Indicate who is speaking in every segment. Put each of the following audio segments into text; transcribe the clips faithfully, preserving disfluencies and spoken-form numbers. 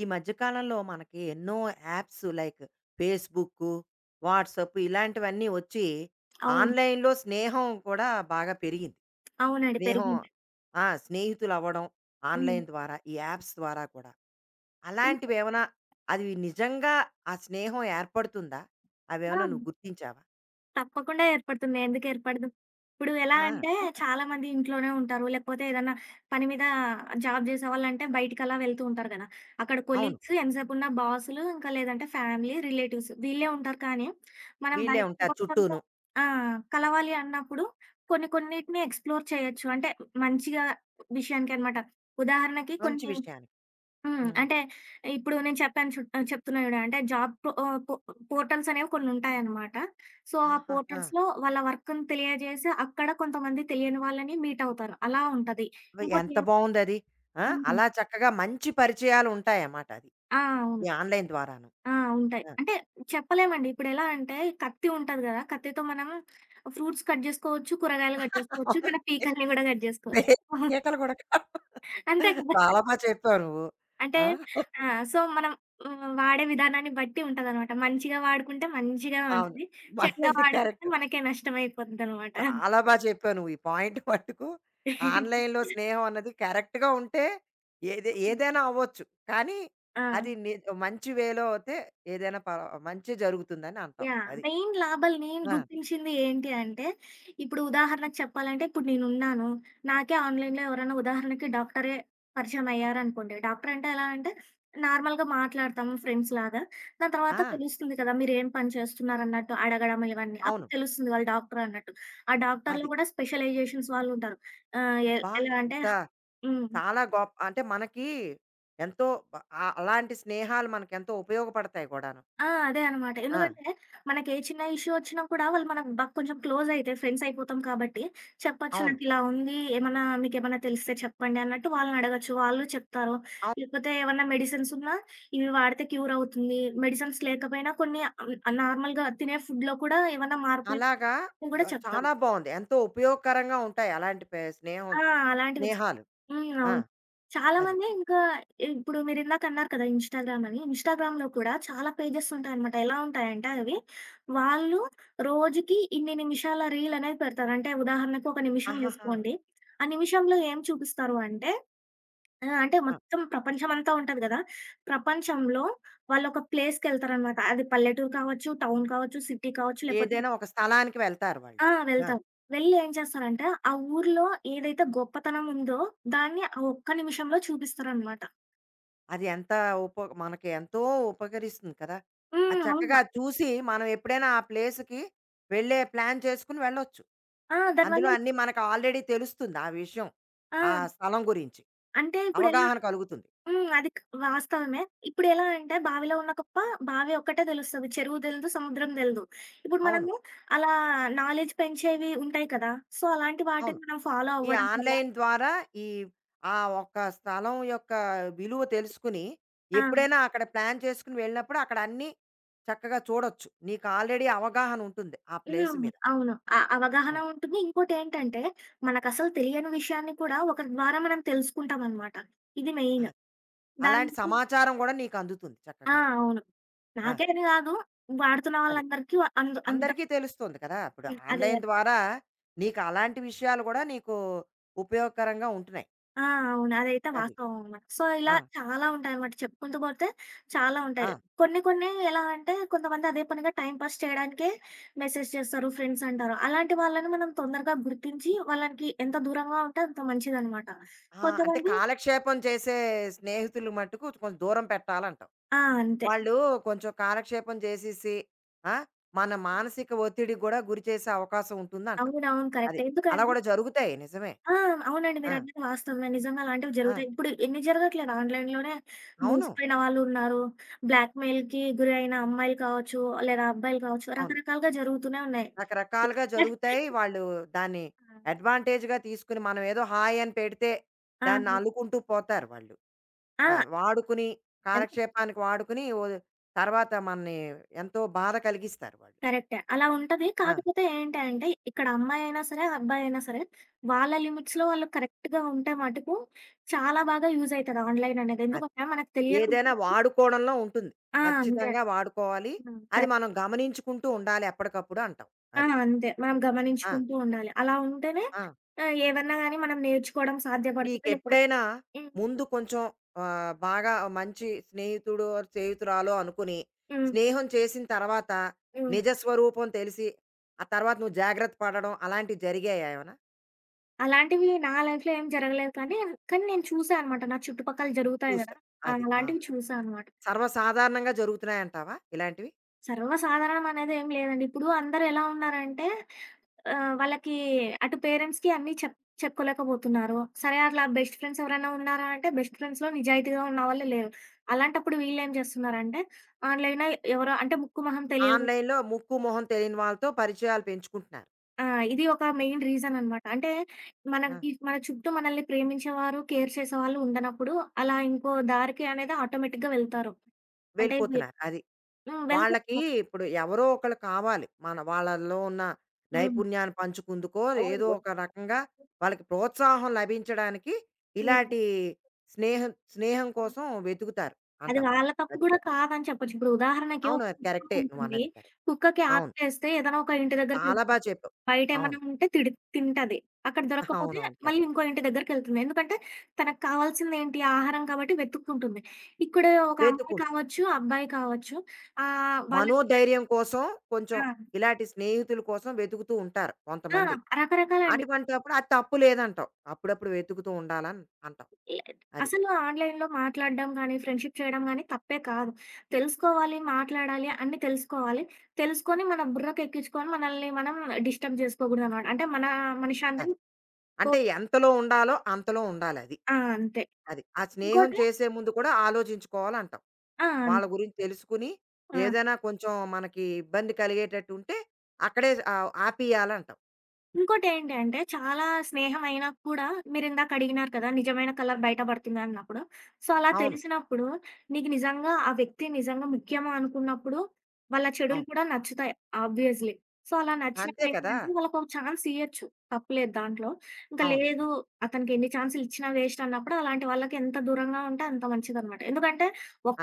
Speaker 1: ఈ మధ్య కాలంలో మనకి ఎన్నో యాప్స్ లైక్ ఫేస్‌బుక్కు, వాట్సాప్ ఇలాంటివన్నీ వచ్చి
Speaker 2: అవును.
Speaker 1: ఆన్‌లైన్‌లో స్నేహం కూడా బాగా పెరిగింది.
Speaker 2: అవునండి.
Speaker 1: స్నేహం
Speaker 2: పెరిగింది.
Speaker 1: ఆ! స్నేహితులవ్వడం
Speaker 2: హ్మ్.
Speaker 1: ఆన్‌లైన్ ద్వారా ఈ యాప్స్ ద్వారా కూడా. అలాంటివేమైనా అది నిజంగా ఆ స్నేహం ఏర్పడుతుందా?
Speaker 2: ఇంకా
Speaker 1: అవేమైనా నువ్వు గుర్తించావా?
Speaker 2: తప్పకుండా ఏర్పడుతుంది. ఎందుకు ఏర్పడదు? ఇప్పుడు ఎలా
Speaker 1: ఆ!
Speaker 2: అంటే చాలామంది ఇంట్లోనే ఉంటారు. లేకపోతే ఏదన్నా పని మీద జాబ్ చేసేవాళ్ళంటే బయటికలా వెళ్తూ ఉంటారు గదా! అక్కడ
Speaker 1: అవును.
Speaker 2: కొలీగ్స్, ఎంతసేపున్న బాసులు, ఇంకా లేదంటే ఫ్యామిలీ, రిలేటివ్స్ వీళ్ళే ఉంటారు. కానీ మనం
Speaker 1: వీళ్ళే
Speaker 2: బయట
Speaker 1: ఉంటారు
Speaker 2: ప్రపంచంతో
Speaker 1: చుట్టూను.
Speaker 2: ఆ! కలవాలి అన్నప్పుడు కొన్ని కొన్నిటిని ఎక్స్‌ప్లోర్ చేయొచ్చు. అంటే మంచిగా విషయానికనమాట. ఉదాహరణకి
Speaker 1: మంచి
Speaker 2: కొన్ని
Speaker 1: విషయానికి.
Speaker 2: హ్మ్.
Speaker 1: హ్మ్.
Speaker 2: అంటే ఇప్పుడు నేను చెప్పాను చు ఆహ్, చెప్తున్నా చూడు అంటే జాబ్ పో ఆహ్, పో పోర్టల్స్ అనేవి కొన్ని ఉంటాయన్నమాట. సో, ఆ
Speaker 1: ఆహాహా!
Speaker 2: పోర్టల్స్‌లో వాళ్ళ వర్క్‌ని తెలియజేసి అక్కడ కొంతమంది తెలియని వాళ్ళని మీట్ అవుతారు. అలా ఉంటది.
Speaker 1: అబ్బ,
Speaker 2: ఇంకోటి
Speaker 1: ఎంత
Speaker 2: ఏం
Speaker 1: బావుందది. ఆ!
Speaker 2: హ్మ్.
Speaker 1: అలా చక్కగా మంచి పరిచయాలుంటాయన్నమాట అది.
Speaker 2: ఆ! అవును.
Speaker 1: ఈ ఆన్‌లైన్ ద్వారాను.
Speaker 2: ఆ! ఉంటాయి.
Speaker 1: ఆ!
Speaker 2: అంటే చెప్పలేమండి. ఇప్పుడెలా అంటే కత్తి ఉంటది గదా! కత్తితో మనం ఫ్రూట్స్ కట్ జేసుకోవచ్చు, కూరగాయలు కట్ జేసుకోవచ్చు,
Speaker 1: అవును.
Speaker 2: మన పీకల్ని గూడా కట్ జేసుకోవచ్చు.
Speaker 1: ఈకలు కూడా కావు.
Speaker 2: అంతే కదా!
Speaker 1: చాలా బా చెప్పావు నువ్వు.
Speaker 2: అంటే
Speaker 1: ఆ!
Speaker 2: ఆ! సో, మనం హ్మ్, వాడే విధానాన్ని బట్టి ఉంటదనమాట. మంచిగా వాడుకుంటే మంచిగా
Speaker 1: అవును.
Speaker 2: ఉంటది. చెడుగా
Speaker 1: మనది
Speaker 2: వాడుకుంటే
Speaker 1: కరెక్ట్.
Speaker 2: మనకే నష్టమైపోతదనమాట.
Speaker 1: చాలా బా చెప్పావు నువ్వు ఈ పాయింట్ మట్టుకు. ఆన్‌లైన్‌లో స్నేహం అన్నది కరెక్ట్‌గా ఉంటే ఏది ఏదైనా అవ్వచ్చు. కానీ
Speaker 2: ఆ!
Speaker 1: అది ని మంచి వేలో అయితే ఏదైనా ప మంచే జరుగుతుందని అంటావు.
Speaker 2: యాహ్!
Speaker 1: అది.
Speaker 2: మెయిన్ లాభాలు నేను
Speaker 1: ఆ!
Speaker 2: గుర్తించింది ఏంటి అంటే, ఇప్పుడు ఉదాహరణకు చెప్పాలంటే ఇప్పుడు నేనున్నాను. నాకే ఆన్‌లైన్‌లో ఎవరైనా ఉదాహరణకి డాక్టరే పరిచయం అయ్యారనుకోండి. డాక్టర్ అంటే ఎలా అంటే నార్మల్‌గా మాట్లాడతాం ఫ్రెండ్స్‌లాగా. దాని తర్వాత
Speaker 1: ఆ!
Speaker 2: తెలుస్తుంది కదా! మీరేం పని చేస్తున్నారన్నట్టు అడగడం ఇవన్నీ.
Speaker 1: అవును.
Speaker 2: అప్పుడు తెలుస్తుంది వాళ్ళు డాక్టర్ అన్నట్టు. ఆ డాక్టర్‌లో
Speaker 1: అది.
Speaker 2: కూడా స్పెషలైజేషన్స్ వాళ్ళుంటారు. ఆహ్, ఎ
Speaker 1: అబ్బా!
Speaker 2: ఎలా అంటే
Speaker 1: ఎంత
Speaker 2: హ్మ్.
Speaker 1: చాలా గొప్ప అంటే మనకి ఎంతో బ- ఆ- అలాంటి స్నేహాలు మనకి ఎంతో ఉపయోగపడతాయి కూడాను.
Speaker 2: ఆ! అదే అనమాట.
Speaker 1: ఆ,
Speaker 2: ఎందుకంటే మనకి ఏ చిన్న ఇష్యూ వచ్చినా కూడా వాళ్ళు మనకు బ కొంచెం క్లోజ్ అయితే ఫ్రెండ్స్ అయిపోతాం కాబట్టి చెప్పొచ్చు.
Speaker 1: అవును,
Speaker 2: నాకిలా ఉంది. ఏమన్నా మీకేమన్నా తెలిస్తే చెప్పండి అన్నట్టు వాళ్ళని అడగొచ్చు. వాళ్ళు చెప్తారు.
Speaker 1: అవును.
Speaker 2: లేకపోతే ఏమన్నా మెడిసిన్స్ ఉన్నా ఇవి వాడితే క్యూర్ అవుతుంది. మెడిసిన్స్ లేకపోయినా కొన్ని ఆహ్, నార్మల్‌గా తినే ఫుడ్‌లో కూడా ఏమన్నా మార్పులు
Speaker 1: అలాగా
Speaker 2: కూడా
Speaker 1: బ-
Speaker 2: చెప్తారు.
Speaker 1: చాలా బాగుంది, ఎంతో ఉపయోగకరంగా ఉంటాయి అలాంటి పే- స్నేహం
Speaker 2: ఆ! అలాంటివి
Speaker 1: స్నేహాలు.
Speaker 2: హ్మ్.
Speaker 1: ఆ,
Speaker 2: అవును. చాలా
Speaker 1: అది.
Speaker 2: మంది ఇంకా ఇప్పుడు మీరిందాక అన్నారు కదా ఇన్‌స్టాగ్రామ్ అని. ఇన్‌స్టాగ్రామ్‌లో కూడా చాలా పేజెస్ ఉంటాయన్నమాట. ఎలా ఉంటాయంటే అవి వాళ్ళు రోజుకి ఇన్ని నిమిషాల రీల్ అనేది పెడతారు. అంటే ఉదాహరణకు ఒక నిమిషం
Speaker 1: ఆహాహా.
Speaker 2: జేసుకోండి. ఆ నిమిషంలో ఏం చూపిస్తారు అంటే ఆహ్, అంటే
Speaker 1: ఆ,
Speaker 2: మొత్తం ప్రపంచం అంతా ఉంటది గదా! ప్రపంచంలో వాళ్ళొక ప్లేస్‌కెళ్తారనమాట. అది పల్లెటూరు కావచ్చు, టౌన్ కావచ్చు, సిటీ కావచ్చు లేకపోతే
Speaker 1: ఏదైనా ఒక స్థలానికి వెళ్తారు వాళ్ళు.
Speaker 2: ఆ!
Speaker 1: ఆ,
Speaker 2: వెళ్తారు. వెళ్లి ఏం చేస్తారంటే ఆ ఊర్లో ఏదైతే గొప్పతనం ఉందో దాన్ని ఆ ఒక్క నిమిషంలో చూపిస్తారనమాట.
Speaker 1: అది ఎంత ఉప మనకి ఎంతో ఉపకరిస్తుంది కదా. అది
Speaker 2: హ్మ్.
Speaker 1: చక్కగా
Speaker 2: అవును.
Speaker 1: చూసి మనం ఎప్పుడైనా ఆ ప్లేస్కి వెళ్ళే ప్లాన్ చేసుకుని వెళ్ళొచ్చు.
Speaker 2: ఆ!
Speaker 1: అందులో
Speaker 2: దానివల్ల
Speaker 1: అన్నీ మనకు ఆల్రెడీ తెలుస్తుంది ఆ విషయం.
Speaker 2: ఆ!
Speaker 1: ఆ స్థలం గురించి.
Speaker 2: అంటే ఇప్పుడెలా
Speaker 1: అవగాహన కలుగుతుంది.
Speaker 2: హ్మ్. అది క్ వాస్తవమే. ఇప్పుడెలా అంటే బావిలో ఉన్న కుప్ప బావి ఒక్కటే తెలుస్తది. చెరువు తెలీదు, సముద్రం తెలీదు. ఇప్పుడు
Speaker 1: అవును.
Speaker 2: మనము
Speaker 1: క
Speaker 2: అలా నాలెడ్జ్ పెంచేవి ఉంటాయి కదా! సో, అలాంటి
Speaker 1: అవును.
Speaker 2: వాటిని మనం ఫాలో
Speaker 1: ఈ
Speaker 2: అవ్వడం వల్ల
Speaker 1: ఆన్‌లైన్ ద్వారా ఈ ఆ ఒక్క స్థలం యొక్క విలువ తెలుసుకుని,
Speaker 2: ఆ!
Speaker 1: ఎప్పుడైనా అక్కడ ప్లాన్ చేసుకొని వెళ్ళినప్పుడు అక్కడ అన్నీ చక్కగా చూడొచ్చు. నీకు ఆల్రెడీ అవగాహన ఉంటుంది ఆ ప్లేస్
Speaker 2: హ్మ్.
Speaker 1: మీద.
Speaker 2: అవును. అ అవగాహన
Speaker 1: హ్మ్.
Speaker 2: ఉంటుంది. ఇంకోటేంటంటే మనకసలు తెలియని విషయాన్ని కూడా ఒకరి ద్వారా మనం తెలుసుకుంటామనమాట. ఇది మెయిన్.
Speaker 1: అది. అలాంటి
Speaker 2: దానికి
Speaker 1: సమాచారం గూడా నీకు అందుతుంది
Speaker 2: ఆ!
Speaker 1: చక్కగాను.
Speaker 2: అవును.
Speaker 1: ఆ!
Speaker 2: నాకే అని కాదు వాడుతున్న
Speaker 1: అది.
Speaker 2: వాళ్ళందరికీ వ అందు అందుతా
Speaker 1: అందరికీ తెలుస్తుంది కదా! ఇప్పుడు
Speaker 2: అదే.
Speaker 1: ఆన్‌లైన్ ద్వారా నీకు అలాంటి విషయాలు గూడా నీకు ఉపయోగకరంగా ఉంటున్నాయి.
Speaker 2: ఆ! అవును. అదైతే
Speaker 1: అది.
Speaker 2: వాస్తవం అనమాట. సో, ఇలా
Speaker 1: ఆ!
Speaker 2: చాలా ఉంటాయనమాట. చెప్పుకుంటూ పోతే చాలా
Speaker 1: ఆ!
Speaker 2: ఉంటాయి. కొన్ని కొన్ని ఎలా అంటే కొంతమంది అదే పనిగా టైమ్ పాస్ చేయడానికే మెసేజ్ చేస్తారు, ఫ్రెండ్స్ అంటారు. అలాంటి వాళ్ళని మనం తొందరగా గుర్తించి వాళ్ళకి ఎంత దూరంగా ఉంటే అంత మంచిదనమాట.
Speaker 1: ఆ! అంటే
Speaker 2: కొంతమంది
Speaker 1: కాలక్షేపం చేసే స్నేహితులు మట్టుకు కొంచెం దూరం పెట్టాలంటావు.
Speaker 2: ఆ! అంతే.
Speaker 1: వాళ్ళు కొంచెం కాలక్షేపం చేసేసి ఆ! మన మానసిక ఒత్తిడికి గూడా గురి చేసే అవకాశం ఉంటుందంటావు.
Speaker 2: అవునవును.
Speaker 1: అది.
Speaker 2: కరెక్టే.
Speaker 1: అలా
Speaker 2: ఎందుకంటే
Speaker 1: గూడా జరుగుతాయి, నిజమే.
Speaker 2: ఆ! అవునండి.
Speaker 1: ఆ!
Speaker 2: మీరన్నది వాస్తవమే. నిజంగా అలాంటివి
Speaker 1: ఆ!
Speaker 2: జరుగుతాయి. ఇప్పుడు ఎన్ని జరగట్లేదు ఆన్‌లైన్‌లోనే
Speaker 1: అవును.
Speaker 2: మూసిపోయిన వాళ్ళు ఉన్నారు. బ్లాక్‌మెయిల్‌కి గురైన అమ్మాయిలు కావచ్చు, లేదా అబ్బాయిలు కావచ్చు,
Speaker 1: అవును.
Speaker 2: రకరకాలుగా జరుగుతూనే ఉన్నాయి.
Speaker 1: రకరకాలుగా జరుగుతాయి. వాళ్ళు దాన్ని
Speaker 2: ఆ!
Speaker 1: అడ్వాంటేజ్‌గా తీసుకొని, మనం ఏదో హాయ్ అని పెడితే
Speaker 2: ఆ!
Speaker 1: దాన్ని అల్లుకుంటూ పోతారు వాళ్ళు.
Speaker 2: ఆ!
Speaker 1: ఆ! వాడుకుని,
Speaker 2: అది
Speaker 1: కాలక్షేపానికి వాడుకుని, ఓ తర్వాత మనని ఎంతో బాధ కలిగిస్తారు వాళ్ళు.
Speaker 2: కరెక్టే. అలా ఉంటది.
Speaker 1: ఆ!
Speaker 2: కాకపోతే ఏంటి అంటే ఇక్కడ అమ్మాయి అయినా సరే, అబ్బాయి అయినా సరే వాళ్ళ లిమిట్స్‌లో వాళ్ళు కరెక్ట్‌గా ఉంటే మటుకు చాలా బాగా యూజ్ అయితది ఆన్‌లైన్ అనేది.
Speaker 1: అది.
Speaker 2: ఎందుకంటే మనకు తెలియని
Speaker 1: ఏదైనా
Speaker 2: విషయాలు
Speaker 1: వాడుకోవడంలో ఉంటుంది.
Speaker 2: ఆ! అంతే.
Speaker 1: ఖచ్చితంగా వాడుకోవాలి.
Speaker 2: హ్మ్.
Speaker 1: అది
Speaker 2: కరెక్ట్.
Speaker 1: మనం గమనించుకుంటూ ఉండాలి ఎప్పటికప్పుడు అంటావు.
Speaker 2: ఆ!
Speaker 1: అది.
Speaker 2: అంతే. మనం
Speaker 1: ఆ!
Speaker 2: గమనించుకుంటూ ఉండాలి. అలా ఉంటేనే
Speaker 1: ఆ!
Speaker 2: ఆహ్, ఏవన్నా గాని మనం నేర్చుకోవడం సాధ్యపడుతుంది. లేకపోతే
Speaker 1: నీకెప్పుడైనా
Speaker 2: హ్మ్.
Speaker 1: ముందు కొంచెం ఆహ్, బాగా మంచి స్నేహితుడో, స్నేహితురాలో అనుకుని,
Speaker 2: హ్మ్.
Speaker 1: స్నేహం చేసిన తర్వాత
Speaker 2: హ్మ్.
Speaker 1: నిజ స్వరూపం తెలిసి, ఆ తర్వాత నువ్వు జాగ్రత్త పడడం అలాంటివి జరిగాయా ఏమైనా?
Speaker 2: అలాంటివి నా లైఫ్‌లో ఏం జరగలేదు కానీ, కానీ నేను చూసా అనమాట. నా చుట్టుపక్కల జరుగుతాయి గదా!
Speaker 1: చూసావు.
Speaker 2: ఆ!
Speaker 1: అది. ఆ!
Speaker 2: అలాంటివి చూసా అనమాట.
Speaker 1: సర్వసాధారణంగా జరుగుతున్నాయంటావా ఇలాంటివి?
Speaker 2: సర్వసాధారణం అనేది ఏం లేదండి. ఇప్పుడు అందరూ ఎలా ఉన్నారంటే ఆహ్, వాళ్ళకి అటు పేరెంట్స్‌కి అన్నీ చెప్ చెప్పుకోలేకపోతున్నారు. సరే అట్లా బెస్ట్ ఫ్రెండ్స్ ఎవరైనా ఉన్నారా అంటే బెస్ట్ ఫ్రెండ్స్‌లో నిజాయితీగా ఉన్న వాళ్ళే లేరు. అలాంటప్పుడు వీళ్ళేం చేస్తున్నారంటే ఆన్‌లైన్‌లో ఎవరో అంటే ముక్కు మొహం తెలియదు
Speaker 1: ఆన్‌లైన్‌లో ముక్కు, మొహం తెలియని వాళ్ళతో పరిచయాలు పెంచుకుంటున్నారు.
Speaker 2: ఆ! ఇది ఒక మెయిన్ రీజన్ అనమాట. అంటే
Speaker 1: ఆ!
Speaker 2: మనకి మన చుట్టూ మనల్ని ప్రేమించేవారు, కేర్ చేసేవాళ్ళు ఉండనప్పుడు అలా ఇంకో దారికి అనేది ఆటోమేటిక్‌గా వెళ్తారు. అంటే వె
Speaker 1: వెళ్ళిపోతున్నారు. అది.
Speaker 2: హ్మ్. వెళ్తారు.
Speaker 1: వాళ్ళకి ఇప్పుడు ఎవరో ఒకళ్ళు కావాలి. మన వాళ్ళలో ఉన్న
Speaker 2: హ్మ్.
Speaker 1: నైపుణ్యాన్ని పంచుకుందుకో,
Speaker 2: అవును.
Speaker 1: ఏదో ఒక రకంగా వాళ్ళకి ప్రోత్సాహం లభించడానికి
Speaker 2: హ్మ్.
Speaker 1: ఇలాంటి స్నేహం స్నేహం కోసం వెతుకుతారు
Speaker 2: అది
Speaker 1: అంటావు.
Speaker 2: వాళ్ళ తప్పు
Speaker 1: అది.
Speaker 2: గూడా కాదని చెప్పొచ్చు. ఇప్పుడు ఉదాహరణకి
Speaker 1: అవును.
Speaker 2: ఒక
Speaker 1: అది
Speaker 2: కుక్క
Speaker 1: కరెక్టే,
Speaker 2: ఉంటుంది.
Speaker 1: నువ్వన్నది కరెక్ట్.
Speaker 2: కుక్కకి
Speaker 1: అవును.
Speaker 2: ఆకలేస్తే ఏదైనా ఒక ఇంటి
Speaker 1: చాలా బా
Speaker 2: దగ్గరికెళ్తది.
Speaker 1: చెప్పావు. అవును.
Speaker 2: బయటేమన్నా ఉంటే తిడి తింటది. అక్కడ దొరక్కపోతే
Speaker 1: అవునవును.
Speaker 2: మళ్ళీ
Speaker 1: కరెక్ట్.
Speaker 2: ఇంకో ఇంటి దగ్గరికెళ్తుంది. ఎందుకంటే తనకు కావాల్సిందేంటి? ఆహారం కాబట్టి వెతుక్కుంటుంది. ఇక్కడ ఒక అమ్మాయి
Speaker 1: వెతుకుంటారు.
Speaker 2: కావచ్చు, అబ్బాయి కావచ్చు ఆహ్, వాళ్ళకి
Speaker 1: మనోధైర్యం కోసం కొంచెం
Speaker 2: ఆ!
Speaker 1: ఇలాంటి స్నేహితుల కోసం వెతుకుతూ ఉంటారు
Speaker 2: ఆ!
Speaker 1: కొంతమంది.
Speaker 2: రకరకాలండి.
Speaker 1: అటువంటప్పుడు అది తప్పు లేదంటావు. అప్పుడప్పుడు వెతుకుతూ ఉండాలని అంటావు.
Speaker 2: లేద్
Speaker 1: అది.
Speaker 2: అసలు ఆన్‌లైన్‌లో మాట్లాడడం గానీ, ఫ్రెండ్‌షిప్ చేయడం గానీ తప్పే కాదు. తెలుసుకోవాలి, మాట్లాడాలి, అన్నీ తెలుసుకోవాలి. తెలుసుకొని మన బుర్రకెక్కించుకొని మనల్ని మనం డిస్టర్బ్ జేసుకోకూడదనమాట. అంటే మన
Speaker 1: అది.
Speaker 2: మనశ్శాంతిని పో
Speaker 1: అంటే ఎంతలో ఉండాలో అంతలో ఉండాలది. అది.
Speaker 2: ఆ! అంతే.
Speaker 1: అది ఆ స్నేహం
Speaker 2: ఇంకోటి
Speaker 1: చేసే ముందు కూడా ఆలోచించుకోవాలంటావు.
Speaker 2: ఆ! అంతే.
Speaker 1: వాళ్ళ గురించి తెలుసుకుని,
Speaker 2: ఆ!
Speaker 1: ఏదైనా కొంచెం మనకి ఇబ్బంది కలిగేటట్టు ఉంటే అక్కడే ఆహ్, ఆపేయాలంటావు.
Speaker 2: ఇంకోటేంటి అంటే, చాలా స్నేహం అయినా కూడా మీరిందాక అడిగినారు కదా! నిజమైన కలర్ బయట పడుతుందన్నప్పుడు. సో, అలా
Speaker 1: అవును.
Speaker 2: తెలిసినప్పుడు నీకు నిజంగా ఆ వ్యక్తి నిజంగా ముఖ్యమా అనుకున్నప్పుడు, వాళ్ళ చెడులు
Speaker 1: అవును.
Speaker 2: కూడా నచ్చుతాయి ఆబ్వియస్‌లీ. సో, అలా
Speaker 1: అంతే కదా!
Speaker 2: నచ్చినప్పుడేంటంటే వాళ్ళకొక ఛాన్స్ ఇయ్యొచ్చు. తప్పులేదు దాంట్లో. ఇంకా
Speaker 1: అవును.
Speaker 2: లేదు
Speaker 1: కరెక్ట్.
Speaker 2: అతనికి ఎన్ని ఛాన్సులు ఇచ్చినా వేస్ట్ అన్నప్పుడు అలాంటి వాళ్ళకి ఎంత దూరంగా ఉంటే అంత మంచిదనమాట. ఎందుకంటే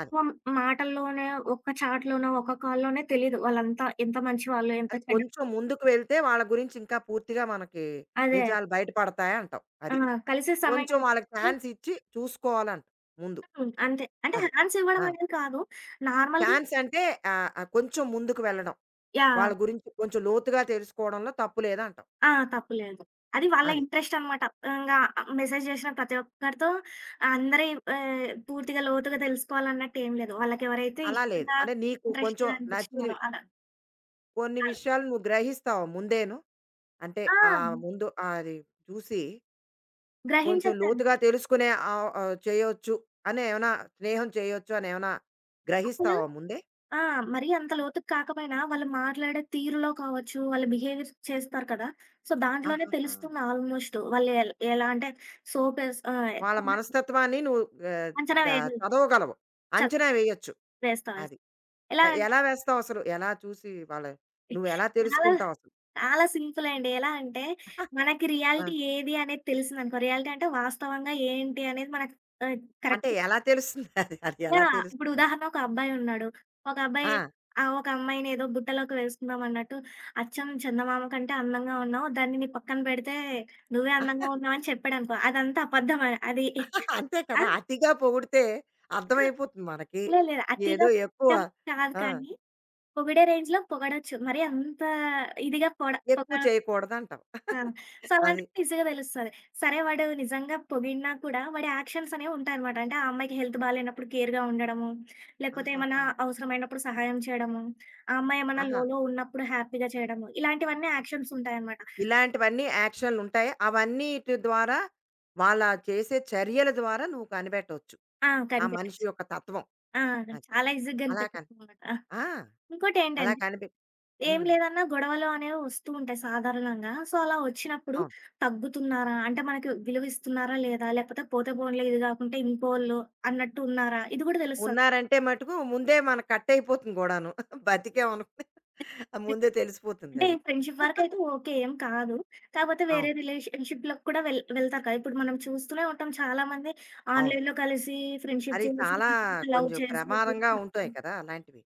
Speaker 1: అది.
Speaker 2: మాటల్లోనే, ఒక్క చాట్‌లోనో, ఒక్క కాల్‌లోనే తెలీదు వాళ్ళంతా ఎంత మంచివాళ్ళు, ఎంత
Speaker 1: అది
Speaker 2: చెడ్డ
Speaker 1: కొంచెం ముందుకు వెళ్తే వాళ్ళ గురించి ఇంకా పూర్తిగా మనకి
Speaker 2: అదే.
Speaker 1: నిజాలు బయటపడతాయంటావు.
Speaker 2: ఆ!
Speaker 1: అది.
Speaker 2: కలిసే సమయం
Speaker 1: కొంచెం వాళ్ళకి
Speaker 2: అంటే
Speaker 1: చాన్స్ ఇచ్చి చూసుకోవాలంటావు ముందు.
Speaker 2: హ్మ్. అంతే. అంటే
Speaker 1: అది.
Speaker 2: హ్యాండ్స్ ఇవ్వడం
Speaker 1: ఆ!
Speaker 2: అనేది కాదు. నార్మల్‌గా
Speaker 1: చాన్స్ అంటే ఆహ్, ఆహ్, కొంచెం ముందుకు వెళ్ళడం.
Speaker 2: యాహ్!
Speaker 1: వాళ్ళ గురించి కొంచెం లోతుగా తెలుసుకోవడంలో తప్పు లేదంటావు.
Speaker 2: ఆ! తప్పు లేదు. అది వాళ్ళ
Speaker 1: అది.
Speaker 2: ఇంట్రెస్ట్ అన్నమాట. ఇంగా మెసేజ్ చేసిన ప్రతి ఒక్కరితో అందరి ఆహ్, పూర్తిగా లోతుగా తెలుసుకోవాలన్నట్టు ఏం లేదు. వాళ్ళకెవరైతే
Speaker 1: అలా లేదు.
Speaker 2: ఇష్టంగా,
Speaker 1: అంటే నీకు కొంచెం
Speaker 2: ఇంట్రెస్ట్‌గా
Speaker 1: నచ్చినవి
Speaker 2: అనిపించినారో అలా.
Speaker 1: కొన్ని
Speaker 2: అలా.
Speaker 1: విషయాలు నువ్వు గ్రహిస్తావు ముందేను. అంటే
Speaker 2: ఆ!
Speaker 1: ఆహ్, ముందు అది చూసి కొంచెం
Speaker 2: గ్రహించొచ్చండి.
Speaker 1: లోతుగా తెలుసుకునే ఆహ్, ఆహ్, చేయొచ్చు అని ఏమైనా, స్నేహం చేయొచ్చు అని ఏమైనా
Speaker 2: అసలు
Speaker 1: గ్రహిస్తావా ముందే?
Speaker 2: ఆ! మరీ అంత లోతుకి కాకపోయినా, వాళ్ళు మాట్లాడే తీరులో కావచ్చు, వాళ్ళు బిహేవియర్ చేస్తారు కదా! సో, దాంట్లోనే
Speaker 1: ఆహాహా!
Speaker 2: తెలుస్తుంది ఆల్‌మోస్ట్. వాళ్ళు ఎల్ ఎలా అంటే సోపేస్ ఆహ్,
Speaker 1: వాళ్ళ మనస్తత్వాన్ని నువ్వు ఆహ్,
Speaker 2: అంచనా
Speaker 1: ద
Speaker 2: వేయగలరు.
Speaker 1: చదవగలవు.
Speaker 2: చల్
Speaker 1: అంచనా వేయొచ్చు.
Speaker 2: వేస్తాం
Speaker 1: అది.
Speaker 2: వేస్తాం. ఎలా
Speaker 1: ఎ
Speaker 2: అంటే
Speaker 1: ఎలా వేస్తావసలు? ఎలా చూసి వాళ్ళ నువ్వెలా
Speaker 2: చాలా,
Speaker 1: తెలుసుకుంటావసలు?
Speaker 2: చాలా సింపుల్ అండి. ఎలా అంటే
Speaker 1: ఆ!
Speaker 2: మనకి రియాలిటీ ఏది అనేది తెలిసిందనుకో, రియాలిటీ అంటే వాస్తవంగా ఏంటి అనేది మనకు ఆహ్,
Speaker 1: అంటే
Speaker 2: కరెక్ట్
Speaker 1: ఎలా తెలుస్తుంది అది? అది ఎలా
Speaker 2: యాహ్! ఇప్పుడు
Speaker 1: తెలుస్తుంది?
Speaker 2: ఉదాహరణ ఒక అబ్బాయి ఉన్నాడు. ఒక అబ్బాయి
Speaker 1: ఆ!
Speaker 2: ఆహ్, ఒక అమ్మాయిని ఏదో బుట్టలోకి వేసుకుందాం అన్నట్టు, అచ్చం చందమామ కంటే అందంగా ఉన్నావు. దాన్ని నీ పక్కన పెడితే నువ్వే అందంగా ఉన్నావు అని చెప్పాడనుకో, అదంతా అబద్ధమే. అది
Speaker 1: అంతే
Speaker 2: ఆ!
Speaker 1: కదా! అతిగా పొగిడితే అర్థమైపోతుంది మనకి.
Speaker 2: లేదు లేదు.
Speaker 1: ఏదో
Speaker 2: అతిగా
Speaker 1: ఎక్కువ
Speaker 2: పొగడటం కాదు
Speaker 1: ఆ!
Speaker 2: కానీ, పొగిడే రేంజ్‌లో పొగడొచ్చు. మరి అంత ఇదిగా పొడ పొగ
Speaker 1: ఎక్కువ చేయకూడదంటావు.
Speaker 2: ఆ! సో,
Speaker 1: అది.
Speaker 2: అలాంటప్పుడు ఈజీగా తెలుస్తది. సరే వాడు నిజంగా పొగిడినా కూడా వాడి యాక్షన్స్ అనేవి ఉంటాయనమాట. అంటే ఆ అమ్మాయికి హెల్త్ బాలేనప్పుడు కేర్‌గా ఉండడము, లేకపోతే ఏమన్నా
Speaker 1: ఆహాహా!
Speaker 2: అవసరమైనప్పుడు సహాయం చేయడము, ఆ అమ్మాయి ఏమన్నా
Speaker 1: ఆహా!
Speaker 2: లోలో ఉన్నప్పుడు హ్యాపీగా చేయడము, ఇలాంటివన్నీ యాక్షన్స్ ఉంటాయనమాట.
Speaker 1: ఇలాంటివన్నీ యాక్షన్‌లుంటాయి. అవన్నీటి ద్వారా వాళ్ళ చేసే చర్యల ద్వారా నువ్వు కనిపెట్టొచ్చు.
Speaker 2: ఆ!
Speaker 1: ఆ మనిషి
Speaker 2: కనిపెట్టేచ్చు.
Speaker 1: యొక్క తత్వం.
Speaker 2: ఆ!
Speaker 1: అది.
Speaker 2: చాలా ఈజీగా
Speaker 1: అలా కని
Speaker 2: కనిపెట్టొచ్చనమాట.
Speaker 1: ఆ! అలా
Speaker 2: ఇంకోటేంటంటే,
Speaker 1: కనిపె
Speaker 2: ఏం
Speaker 1: హ్మ్.
Speaker 2: లేదన్నా గొడవలు అనేవి వస్తూ ఉంటాయి సాధారణంగా. సో, అలా వచ్చినప్పుడు
Speaker 1: అవును.
Speaker 2: తగ్గుతున్నారా? అంటే మనకి విలువిస్తున్నారా లేదా? లేకపోతే పోతే పోన్లే ఇది కాకుంటే ఇంకోళ్ళు అన్నట్టు ఉన్నారా? ఇది కూడా తెలుస్తది.
Speaker 1: ఉన్నారంటే మటుకు ముందే మనకు కట్టయిపోతుంది గూడాను. బతికామను. ఆ! ముందే
Speaker 2: అంటే
Speaker 1: తెలిసిపోతుందది.
Speaker 2: ఫ్రెండ్‌షిప్ వరకైతే ఓకే. ఏం కాదు. కాకపోతే
Speaker 1: అవును.
Speaker 2: వేరే రిలేషన్‌షిప్‌లోకి కూడా వెళ్ వెళ్తారు కదా! ఇప్పుడు మనం చూస్తూనే ఉంటాం చాలామంది
Speaker 1: అవును.
Speaker 2: ఆన్‌లైన్‌లో కలిసి ఫ్రెండ్‌షిప్
Speaker 1: అది
Speaker 2: చేసి
Speaker 1: చాలా
Speaker 2: లేకపోతే లవ్
Speaker 1: కొంచెం
Speaker 2: చేసి
Speaker 1: ప్రమాదంగా ఉంటాయి కదా అలాంటివి.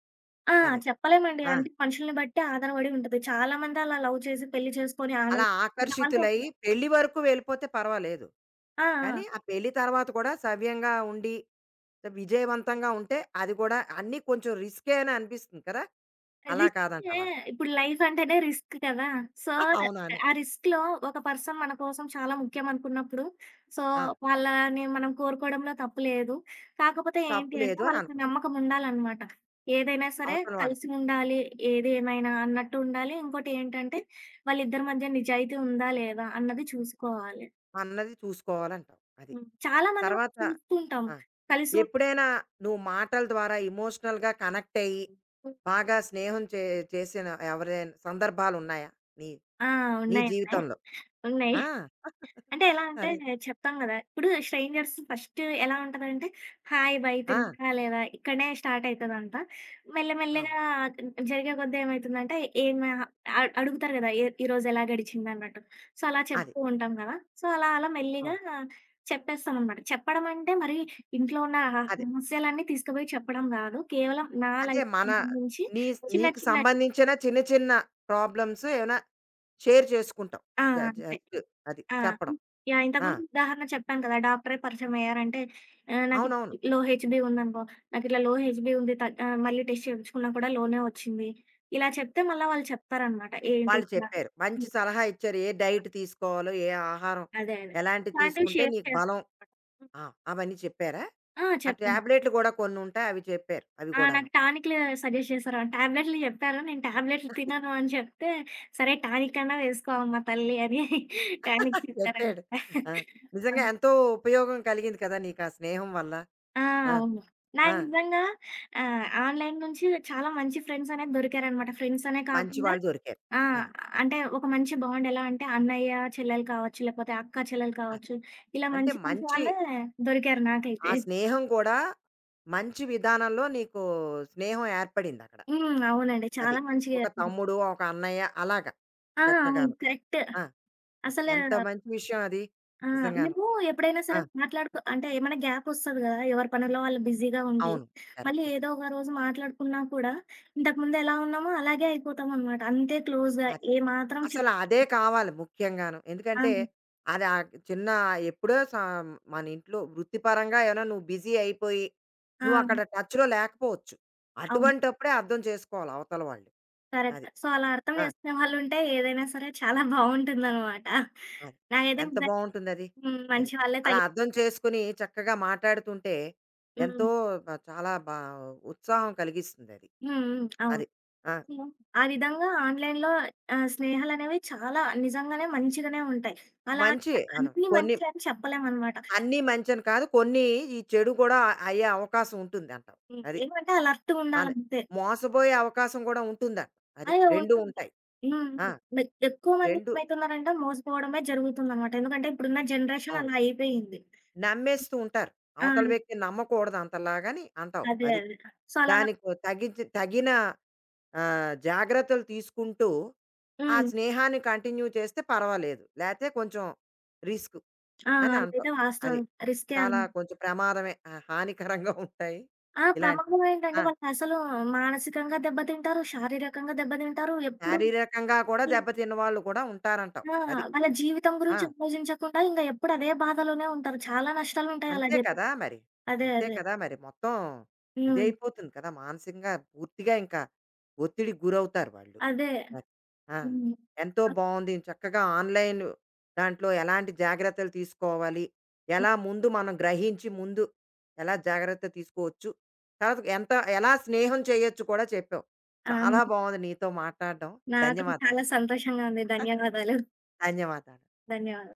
Speaker 2: ఆ!
Speaker 1: అదే.
Speaker 2: చెప్పలేమండి.
Speaker 1: ఆ!
Speaker 2: అంటే మనుషుల్ని బట్టి ఆధారపడి ఉంటది. చాలామంది అలా లవ్ చేసి పెళ్లి చేసుకొని
Speaker 1: అలా
Speaker 2: ఆనందంగా ఉన్నవాళ్ళు
Speaker 1: ఆకర్షితులై
Speaker 2: ఉన్నారు.
Speaker 1: పెళ్లి వరకు వెళ్ళిపోతే పర్వాలేదు.
Speaker 2: ఆ!
Speaker 1: కానీ
Speaker 2: ఆ!
Speaker 1: ఆ పెళ్లి తర్వాత కూడా సవ్యంగా ఉండి, విజయవంతంగా ఉంటే అది కూడా అన్నీ కొంచెం రిస్కే అని అనిపిస్తుంది కదా! అలా
Speaker 2: రిస్కే.
Speaker 1: కాదంటావా?
Speaker 2: ఇప్పుడు లైఫ్ అంటేనే రిస్క్ కదా! సో,
Speaker 1: అవునవును.
Speaker 2: ఆ రిస్క్‌లో ఒక పర్సన్ మన కోసం చాలా ముఖ్యం అనుకున్నప్పుడు, సో,
Speaker 1: ఆ!
Speaker 2: వాళ్ళని మనం కోరుకోవడంలో తప్పు లేదు. కాకపోతే
Speaker 1: తప్పు
Speaker 2: ఏంటి అంటే
Speaker 1: లేదు అని
Speaker 2: వాళ్ళకి
Speaker 1: అనుకుంటాం.
Speaker 2: నమ్మకం ఉండాలనమాట. ఏదైనా సరే
Speaker 1: అవతల వాళ్ళకి.
Speaker 2: కలిసి ఉండాలి. ఏది ఏమైనా అన్నట్టు ఉండాలి. ఇంకోటి ఏంటంటే వాళ్ళిద్దరి మధ్య నిజాయితీ ఉందా? లేదా? అన్నది చూసుకోవాలి.
Speaker 1: అన్నది చూసుకోవాలంటావు. అది.
Speaker 2: హ్మ్. చాలా మంది మనం
Speaker 1: తర్వాత
Speaker 2: చూస్తూ ఉంటాము.
Speaker 1: ఆ!
Speaker 2: కలిసి ఉం
Speaker 1: ఎప్పుడైనా నువ్వు మాటల ద్వారా ఎమోషనల్‌గా కనెక్ట్ అయ్యి, బాగా స్నేహం చే చేసిన ఎవరైనా సందర్భాలున్నాయా? నీ
Speaker 2: ఆ!
Speaker 1: నీ
Speaker 2: ఉన్నాయి. ఉన్నాయి.
Speaker 1: జీవితంలో?
Speaker 2: ఉన్నాయి.
Speaker 1: ఆ!
Speaker 2: అంటే ఎలా అంటే
Speaker 1: అదే.
Speaker 2: చెప్తాం గదా! ఇప్పుడు స్ట్రేంజర్స్ ఫస్ట్ ఎలా ఉంటదంటే, హాయ్, బై
Speaker 1: ఆ!
Speaker 2: తిన్నారా లేదా? ఇక్కడనే స్టార్ట్ అయితదంట. మెల్ల
Speaker 1: అవును.
Speaker 2: మెల్లగా జరిగే కొద్దీ ఏమైతుందంటే, ఏం అ అడుగుతారు గదా! "ఈ ఈరోజు ఎలా గడిచిందన్నట్టు?" సో, అలా
Speaker 1: అదే.
Speaker 2: చెప్తూ ఉంటాం గదా! సో, అలా అలా మెల్లిగా
Speaker 1: అవును.
Speaker 2: చెప్పేస్తామనమాట. చెప్పడం అంటే మరి ఇంట్లో ఉన్న ఆ
Speaker 1: అదే.
Speaker 2: రహస్యాలన్నీ తీసుకుపోయి చెప్పడం గాదు. కేవలం నా
Speaker 1: అంటే
Speaker 2: లైఫ్‌కి
Speaker 1: మన
Speaker 2: సంబంధించి
Speaker 1: నీ
Speaker 2: చిన్న
Speaker 1: నీకు
Speaker 2: చిన్నటి
Speaker 1: సంబంధించిన చిన్న చిన్న ప్రాబ్లమ్స్ ఏమైనా షేర్ చేసుకుంటాం.
Speaker 2: ఆ!
Speaker 1: జ
Speaker 2: అంతే.
Speaker 1: జస్ట్ అది
Speaker 2: ఆ!
Speaker 1: చెప్పడం.
Speaker 2: యాహ్!
Speaker 1: ఆ!
Speaker 2: ఇంతకుముందు ఉదాహరణ చెప్పాను కదా! డాక్టరే పరిచయం అయ్యారంటే ఆహ్, నాకు
Speaker 1: అవునవును.
Speaker 2: లో హెచ్‌బీ ఉందనుకో, నాకిట్లా లో హెచ్‌బీ ఉంది త ఆహ్, మళ్ళీ టెస్ట్ చేపించుకున్నా కూడా లోనే వచ్చింది. ఇలా చెప్తే మళ్ళా వాళ్ళు చెప్తారనమాట. ఏంటి
Speaker 1: వాళ్ళు
Speaker 2: ఇట్లా
Speaker 1: చెప్పారు. మంచి
Speaker 2: హ్మ్.
Speaker 1: సలహా ఇచ్చారు. ఏ డైట్ తీసుకోవాలో, ఏ ఆహారం
Speaker 2: అదే. అదే.
Speaker 1: ఎలాంటివి
Speaker 2: ఇలాంటివి
Speaker 1: తీసుకుంటే
Speaker 2: షేర్
Speaker 1: నీకు బలం.
Speaker 2: చేస్తాననమాట.
Speaker 1: ఆ! అవన్నీ చెప్పారా?
Speaker 2: ఆ!
Speaker 1: ఆ
Speaker 2: చెప్పాను.
Speaker 1: టాబ్లెట్లు గూడా కొన్నుంటాయి. అవి చెప్పారు. అవి
Speaker 2: ఆ!
Speaker 1: గూడాను.
Speaker 2: నాకు టానిక్‌లు సజెస్ట్ చేశారు. టాబ్లెట్లు చెప్పారు. నేను టాబ్లెట్లు తినను అని చెప్తే, "సరే టానిక్ అన్నా వేసుకో అమ్మ తల్లి" అని టానిక్
Speaker 1: చెప్పాడు.
Speaker 2: చెప్పారనమాట.
Speaker 1: ఆ!
Speaker 2: ఆ!
Speaker 1: నిజంగా ఎంతో ఉపయోగం కలిగింది కదా నీకు ఆ స్నేహం వల్ల.
Speaker 2: ఆ!
Speaker 1: ఆ!
Speaker 2: అవును.
Speaker 1: ఆ!
Speaker 2: నాకు నిజంగా ఆహ్, ఆన్‌లైన్ నుంచి చాలా మంచి ఫ్రెండ్స్ అనేది దొరికారనమాట. ఫ్రెండ్స్ అనే
Speaker 1: మంచి
Speaker 2: కాకుండా
Speaker 1: వాళ్ళు దొరికారు.
Speaker 2: ఆ!
Speaker 1: అది.
Speaker 2: అంటే ఒక మంచి బాండ్ ఎలా అంటే అన్నయ్య, చెల్లెలు కావచ్చు, లేకపోతే అక్క, చెల్లెలు
Speaker 1: అది.
Speaker 2: కావచ్చు. ఇలా
Speaker 1: అంటే
Speaker 2: మంచి మంచి
Speaker 1: మంచి
Speaker 2: వాళ్ళే దొరికారు
Speaker 1: ఆ
Speaker 2: నాకైతే.
Speaker 1: స్నేహం కూడా మంచి విధానంలో నీకు స్నేహం ఏర్పడిందక్కడ.
Speaker 2: హ్మ్. అవునండి.
Speaker 1: అది.
Speaker 2: చాలా మంచిగా
Speaker 1: ఒక
Speaker 2: జరిగింది.
Speaker 1: తమ్ముడు, ఒక అన్నయ్య అలాగా
Speaker 2: ఆ! అవును.
Speaker 1: చక్కగాను.
Speaker 2: కరెక్ట్.
Speaker 1: ఆ! అబ్బ!
Speaker 2: అసలు
Speaker 1: ఎంత మంచి విషయం అది.
Speaker 2: ఆ!
Speaker 1: నిజంగాను.
Speaker 2: మేము ఎప్పుడైనా
Speaker 1: ఆ!
Speaker 2: సరే మాట్లాడుకో అంటే ఏమైనా గ్యాప్ ఒస్తది గదా! ఎవరి పనుల్లో వాళ్ళు బిజీగా ఉండి.
Speaker 1: అవును.
Speaker 2: మళ్ళీ
Speaker 1: కరెక్టే.
Speaker 2: ఏదో
Speaker 1: కరెక్ట్.
Speaker 2: ఒక రోజు మాట్లాడుకున్నా కూడా ఇంతకుముందు ఎలా ఉన్నామో అలాగే అయిపోతామనమాట. అంతే క్లోజ్‌గా
Speaker 1: అది.
Speaker 2: ఏ మాత్రం చెప్
Speaker 1: అసలు అదే కావాలి ముఖ్యంగాను.
Speaker 2: ఆ!
Speaker 1: ఎందుకంటే అది ఆ చిన్న ఎప్పుడో సా మన ఇంట్లో వృత్తిపరంగా ఏమైనా నువ్వు బిజీ అయిపోయి,
Speaker 2: ఆ!
Speaker 1: నువ్వు అక్కడ టచ్‌లో లేకపోవచ్చు.
Speaker 2: అవును.
Speaker 1: అటువంటప్పుడే అర్థం చేసుకోవాలి అవతల వాళ్ళు.
Speaker 2: కరెక్ట్.
Speaker 1: అది.
Speaker 2: సో, అలా అర్థం
Speaker 1: ఆ!
Speaker 2: చేసుకునే వాళ్ళుంటే ఏదైనా సరే చాలా బావుంటుందనమాట.
Speaker 1: అది.
Speaker 2: నాకైతే
Speaker 1: ఎంత
Speaker 2: నిజంగా
Speaker 1: బావుంటుందది.
Speaker 2: హ్మ్.
Speaker 1: అది.
Speaker 2: మంచి వాళ్ళే
Speaker 1: అలా
Speaker 2: తగి
Speaker 1: అర్థం చేసుకొని చక్కగా మాట్లాడుతుంటే
Speaker 2: హ్మ్.
Speaker 1: ఎంతో
Speaker 2: హ్మ్.
Speaker 1: బ చాలా బా ఉత్సాహం కలిగిస్తుందది.
Speaker 2: హ్మ్. అవును.
Speaker 1: అది. ఆ!
Speaker 2: సో, ఆ విధంగా ఆన్‌లైన్‌లో ఆహ్, స్నేహాలనేవి చాలా నిజంగానే మంచిగానే ఉంటాయి.
Speaker 1: మంచి
Speaker 2: అలాగే
Speaker 1: అను
Speaker 2: అన్నీ
Speaker 1: కొన్ని
Speaker 2: మంచి అని చెప్పలేమనమాట.
Speaker 1: అన్నీ మంచని కాదు. కొన్ని ఈ చెడు గూడా అయ్యే అవకాశం ఉంటుందంటావు.
Speaker 2: హ్మ్.
Speaker 1: అది.
Speaker 2: ఏమంటే
Speaker 1: అను.
Speaker 2: అలర్ట్‌గుండాలంతే.
Speaker 1: మోసపోయే అవకాశం గూడా ఉంటుందంట. అది.
Speaker 2: అదే
Speaker 1: రెండు
Speaker 2: ఉంటుంది.
Speaker 1: ఉంటాయి.
Speaker 2: హ్మ్.
Speaker 1: ఆ!
Speaker 2: మె ఎక్కువ మంది
Speaker 1: రెండు
Speaker 2: ఏమైతున్నారంటే మోసపోవడమే జరుగుతుందనమాట. ఎందుకంటే ఇప్పుడున్న జనరేషన్
Speaker 1: అవును.
Speaker 2: అలా అయిపోయింది.
Speaker 1: నమ్మేస్తూ ఉంటారు.
Speaker 2: ఆ!
Speaker 1: అవతల వ్యక్తిని నమ్మకూడదు అంతలాగని అంటావు.
Speaker 2: అదే.
Speaker 1: అది.
Speaker 2: అదే. సో, అలా నా
Speaker 1: దానికి తగ్గించి తగిన ఆ! జాగ్రత్తలు తీసుకుంటూ, ఆ
Speaker 2: హ్మ్.
Speaker 1: స్నేహాన్ని కంటిన్యూ చేస్తే పర్వాలేదు. లేతే కొంచెం రిస్క్
Speaker 2: ఆ!
Speaker 1: అని అంటావు.
Speaker 2: అదైతే వాస్తవం.
Speaker 1: అది.
Speaker 2: రిస్కే అన్
Speaker 1: చాలా కొంచెం ప్రమాదమే. ఆ! హానికరంగా ఉంటాయి
Speaker 2: ఆ!
Speaker 1: ఇలాంటివి.
Speaker 2: ప్రమాదం ఏంటంటే
Speaker 1: ఆ!
Speaker 2: వాళ్ళకసలు మానసికంగా దెబ్బతింటారు, శారీరకంగా దెబ్బతింటారు. ఎప్పుడు
Speaker 1: శారీరకంగా కూడా దెబ్బతిన్న వాళ్ళు కూడా ఉంటారంటావు.
Speaker 2: ఆ!
Speaker 1: అది.
Speaker 2: వాళ్ళ జీవితం
Speaker 1: ఆ!
Speaker 2: గురించి ఆలోచించకుండా ఇంక ఎప్పుడు అదే బాధలోనే ఉంటారు. చాలా నష్టాలుంటాయి అలా
Speaker 1: అంతే
Speaker 2: జరి
Speaker 1: కదా మరి.
Speaker 2: అదే.
Speaker 1: అంతే
Speaker 2: అదే.
Speaker 1: కదా మరి. మొత్తం
Speaker 2: హ్మ్.
Speaker 1: ఇదైపోతుంది కదా! మానసికంగా పూర్తిగా ఇంకా ఒత్తిడికి గురవుతారు వాళ్ళు.
Speaker 2: అదే.
Speaker 1: అది. ఆ!
Speaker 2: హ్మ్.
Speaker 1: ఎంతో
Speaker 2: ఆ!
Speaker 1: బావుంది. చక్కగా ఆన్‌లైన్ దాంట్లో ఎలాంటి జాగ్రత్తలు తీసుకోవాలి?
Speaker 2: హ్మ్.
Speaker 1: ఎలా ముందు మనం గ్రహించి ముందు ఎలా జాగ్రత్త తీసుకోవచ్చు? తర్వాత ఎంత ఎలా స్నేహం చేయొచ్చు కూడా చెప్పావు.
Speaker 2: ఆ!
Speaker 1: చాలా బావుంది నీతో మాట్లాడడం.
Speaker 2: నాకు
Speaker 1: ధన్యవాదాలు.
Speaker 2: చాలా సంతోషంగా ఉంది. ధన్యవాదాలు.
Speaker 1: ధన్యవాదాలు.
Speaker 2: ధన్యవాదాలు.